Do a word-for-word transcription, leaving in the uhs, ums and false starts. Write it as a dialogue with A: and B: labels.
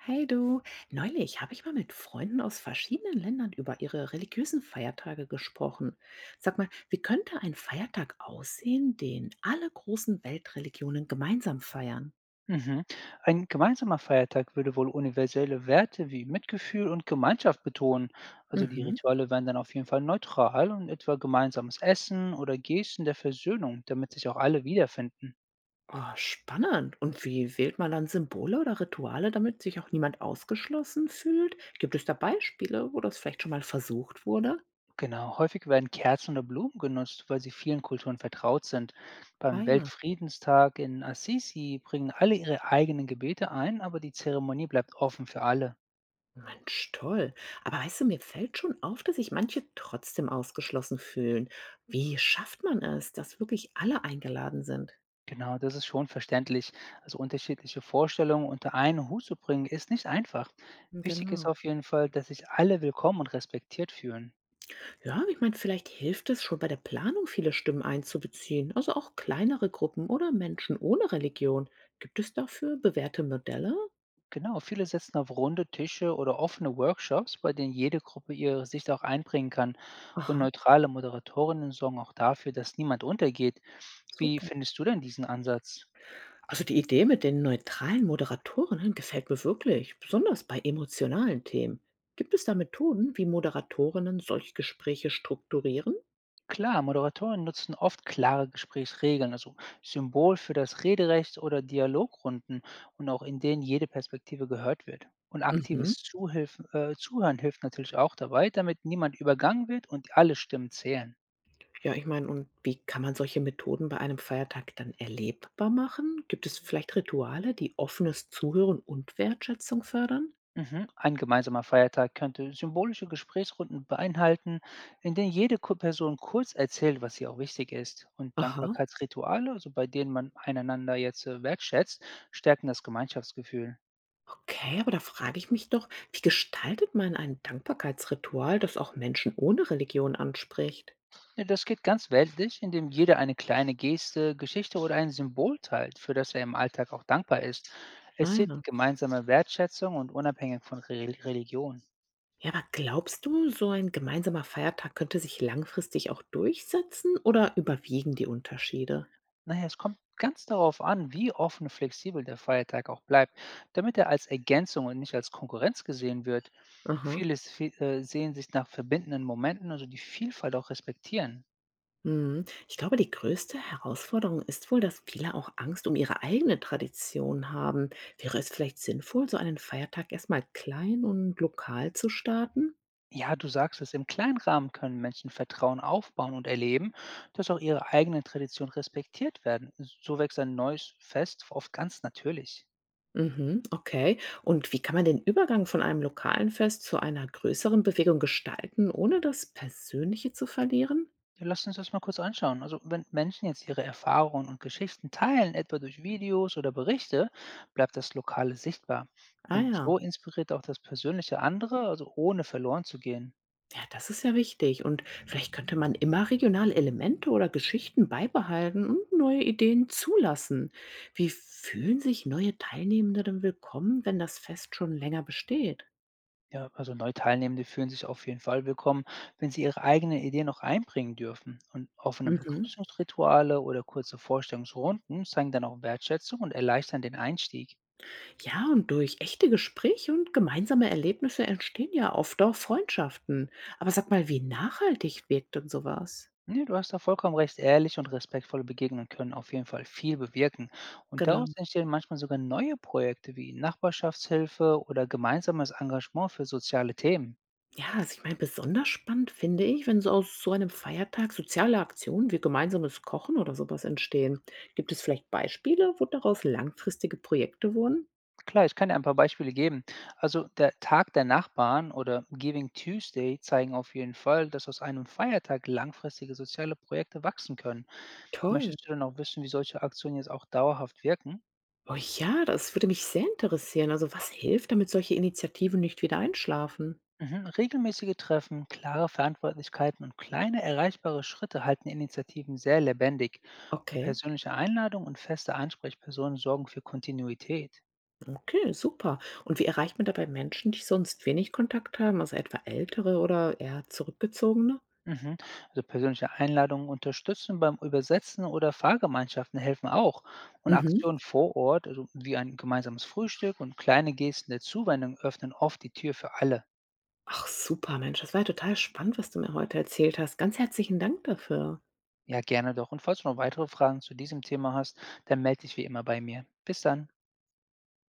A: Hey du, neulich habe ich mal mit Freunden aus verschiedenen Ländern über ihre religiösen Feiertage gesprochen. Sag mal, wie könnte ein Feiertag aussehen, den alle großen Weltreligionen gemeinsam feiern?
B: Mhm. Ein gemeinsamer Feiertag würde wohl universelle Werte wie Mitgefühl und Gemeinschaft betonen. Also die
A: Mhm.
B: Rituale wären dann auf jeden Fall neutral und etwa gemeinsames Essen oder Gesten der Versöhnung, damit sich auch alle wiederfinden.
A: Oh, spannend. Und wie wählt man dann Symbole oder Rituale, damit sich auch niemand ausgeschlossen fühlt? Gibt es da Beispiele, wo das vielleicht schon mal versucht wurde?
B: Genau, häufig werden Kerzen oder Blumen genutzt, weil sie vielen Kulturen vertraut sind.
A: Ah
B: Beim
A: ja.
B: Weltfriedenstag in Assisi bringen alle ihre eigenen Gebete ein, aber die Zeremonie bleibt offen für alle.
A: Mensch, toll. Aber weißt du, mir fällt schon auf, dass sich manche trotzdem ausgeschlossen fühlen. Wie schafft man es, dass wirklich alle eingeladen sind?
B: Genau, das ist schon verständlich. Also unterschiedliche Vorstellungen unter einen Hut zu bringen, ist nicht einfach. Wichtig ist
A: Genau.
B: auf jeden Fall, dass sich alle willkommen und respektiert fühlen.
A: Ja, ich meine, vielleicht hilft es schon bei der Planung, viele Stimmen einzubeziehen, also auch kleinere Gruppen oder Menschen ohne Religion. Gibt es dafür bewährte Modelle?
B: Genau, viele setzen auf runde Tische oder offene Workshops, bei denen jede Gruppe ihre Sicht auch einbringen kann. Und
A: Aha,
B: neutrale Moderatorinnen sorgen auch dafür, dass niemand untergeht. Wie
A: super.
B: findest du denn diesen Ansatz?
A: Also die Idee mit den neutralen Moderatorinnen gefällt mir wirklich, besonders bei emotionalen Themen. Gibt es da Methoden, wie Moderatorinnen solche Gespräche strukturieren?
B: Klar, Moderatoren nutzen oft klare Gesprächsregeln, also Symbol für das Rederecht oder Dialogrunden und auch in denen jede Perspektive gehört wird. Und
A: Mhm.
B: aktives Zuhilf äh, Zuhören hilft natürlich auch dabei, damit niemand übergangen wird und alle Stimmen zählen.
A: Ja, ich meine, und wie kann man solche Methoden bei einem Feiertag dann erlebbar machen? Gibt es vielleicht Rituale, die offenes Zuhören und Wertschätzung fördern?
B: Mhm. Ein gemeinsamer Feiertag könnte symbolische Gesprächsrunden beinhalten, in denen jede Ku- Person kurz erzählt, was ihr auch wichtig ist. Und
A: Aha.
B: Dankbarkeitsrituale, also bei denen man einander jetzt äh, wertschätzt, stärken das Gemeinschaftsgefühl.
A: Okay, aber da frage ich mich doch, wie gestaltet man ein Dankbarkeitsritual, das auch Menschen ohne Religion anspricht?
B: Ja, das geht ganz weltlich, indem jeder eine kleine Geste, Geschichte oder ein Symbol teilt, für das er im Alltag auch dankbar ist. Es zählt
A: Naja.
B: die gemeinsame Wertschätzung und unabhängig von Re Religion.
A: Ja, aber glaubst du, so ein gemeinsamer Feiertag könnte sich langfristig auch durchsetzen oder überwiegen die Unterschiede?
B: Naja, es kommt ganz darauf an, wie offen und flexibel der Feiertag auch bleibt, damit er als Ergänzung und nicht als Konkurrenz gesehen wird.
A: Aha.
B: Viele se- äh, sehen sich nach verbindenden Momenten, also die Vielfalt auch respektieren.
A: Mhm. Ich glaube, die größte Herausforderung ist wohl, dass viele auch Angst um ihre eigene Tradition haben. Wäre es vielleicht sinnvoll, so einen Feiertag erstmal klein und lokal zu starten?
B: Ja, du sagst es, im kleinen Rahmen können Menschen Vertrauen aufbauen und erleben, dass auch ihre eigenen Traditionen respektiert werden. So wächst ein neues Fest oft ganz natürlich.
A: Mhm, okay. Und wie kann man den Übergang von einem lokalen Fest zu einer größeren Bewegung gestalten, ohne das Persönliche zu verlieren?
B: Ja, lass uns das mal kurz anschauen. Also wenn Menschen jetzt ihre Erfahrungen und Geschichten teilen, etwa durch Videos oder Berichte, bleibt das Lokale sichtbar.
A: Ah
B: Und
A: ja.
B: so inspiriert auch das Persönliche andere, also ohne verloren zu gehen.
A: Ja, das ist ja wichtig. Und vielleicht könnte man immer regionale Elemente oder Geschichten beibehalten und neue Ideen zulassen. Wie fühlen sich neue Teilnehmende denn willkommen, wenn das Fest schon länger besteht?
B: Ja, also neu Teilnehmende fühlen sich auf jeden Fall willkommen, wenn sie ihre eigenen Ideen noch einbringen dürfen. Und offene
A: Mhm.
B: Begrüßungsrituale oder kurze Vorstellungsrunden zeigen dann auch Wertschätzung und erleichtern den Einstieg.
A: Ja, und durch echte Gespräche und gemeinsame Erlebnisse entstehen ja oft auch Freundschaften. Aber sag mal, wie nachhaltig wirkt denn sowas?
B: Nee, du hast da vollkommen recht, ehrlich und respektvolle Begegnungen können auf jeden Fall viel bewirken. Und
A: Genau.
B: daraus entstehen manchmal sogar neue Projekte wie Nachbarschaftshilfe oder gemeinsames Engagement für soziale Themen.
A: Ja, also ich meine, besonders spannend finde ich, wenn so aus so einem Feiertag soziale Aktionen wie gemeinsames Kochen oder sowas entstehen. Gibt es vielleicht Beispiele, wo daraus langfristige Projekte wurden?
B: Klar, ich kann dir ein paar Beispiele geben. Also der Tag der Nachbarn oder Giving Tuesday zeigen auf jeden Fall, dass aus einem Feiertag langfristige soziale Projekte wachsen können.
A: Toll.
B: Möchtest du dann auch wissen, wie solche Aktionen jetzt auch dauerhaft wirken?
A: Oh ja, das würde mich sehr interessieren. Also was hilft, damit solche Initiativen nicht wieder einschlafen?
B: Mhm. Regelmäßige Treffen, klare Verantwortlichkeiten und kleine erreichbare Schritte halten Initiativen sehr lebendig. Und
A: Okay.
B: persönliche Einladungen und feste Ansprechpersonen sorgen für Kontinuität.
A: Okay, super. Und wie erreicht man dabei Menschen, die sonst wenig Kontakt haben, also etwa ältere oder eher zurückgezogene?
B: Mhm. Also persönliche Einladungen unterstützen beim Übersetzen oder Fahrgemeinschaften helfen auch. Und
A: Mhm.
B: Aktionen vor Ort, also wie ein gemeinsames Frühstück und kleine Gesten der Zuwendung, öffnen oft die Tür für alle.
A: Ach super, Mensch, das war ja total spannend, was du mir heute erzählt hast. Ganz herzlichen Dank dafür.
B: Ja, gerne doch. Und falls du noch weitere Fragen zu diesem Thema hast, dann melde dich wie immer bei mir. Bis dann.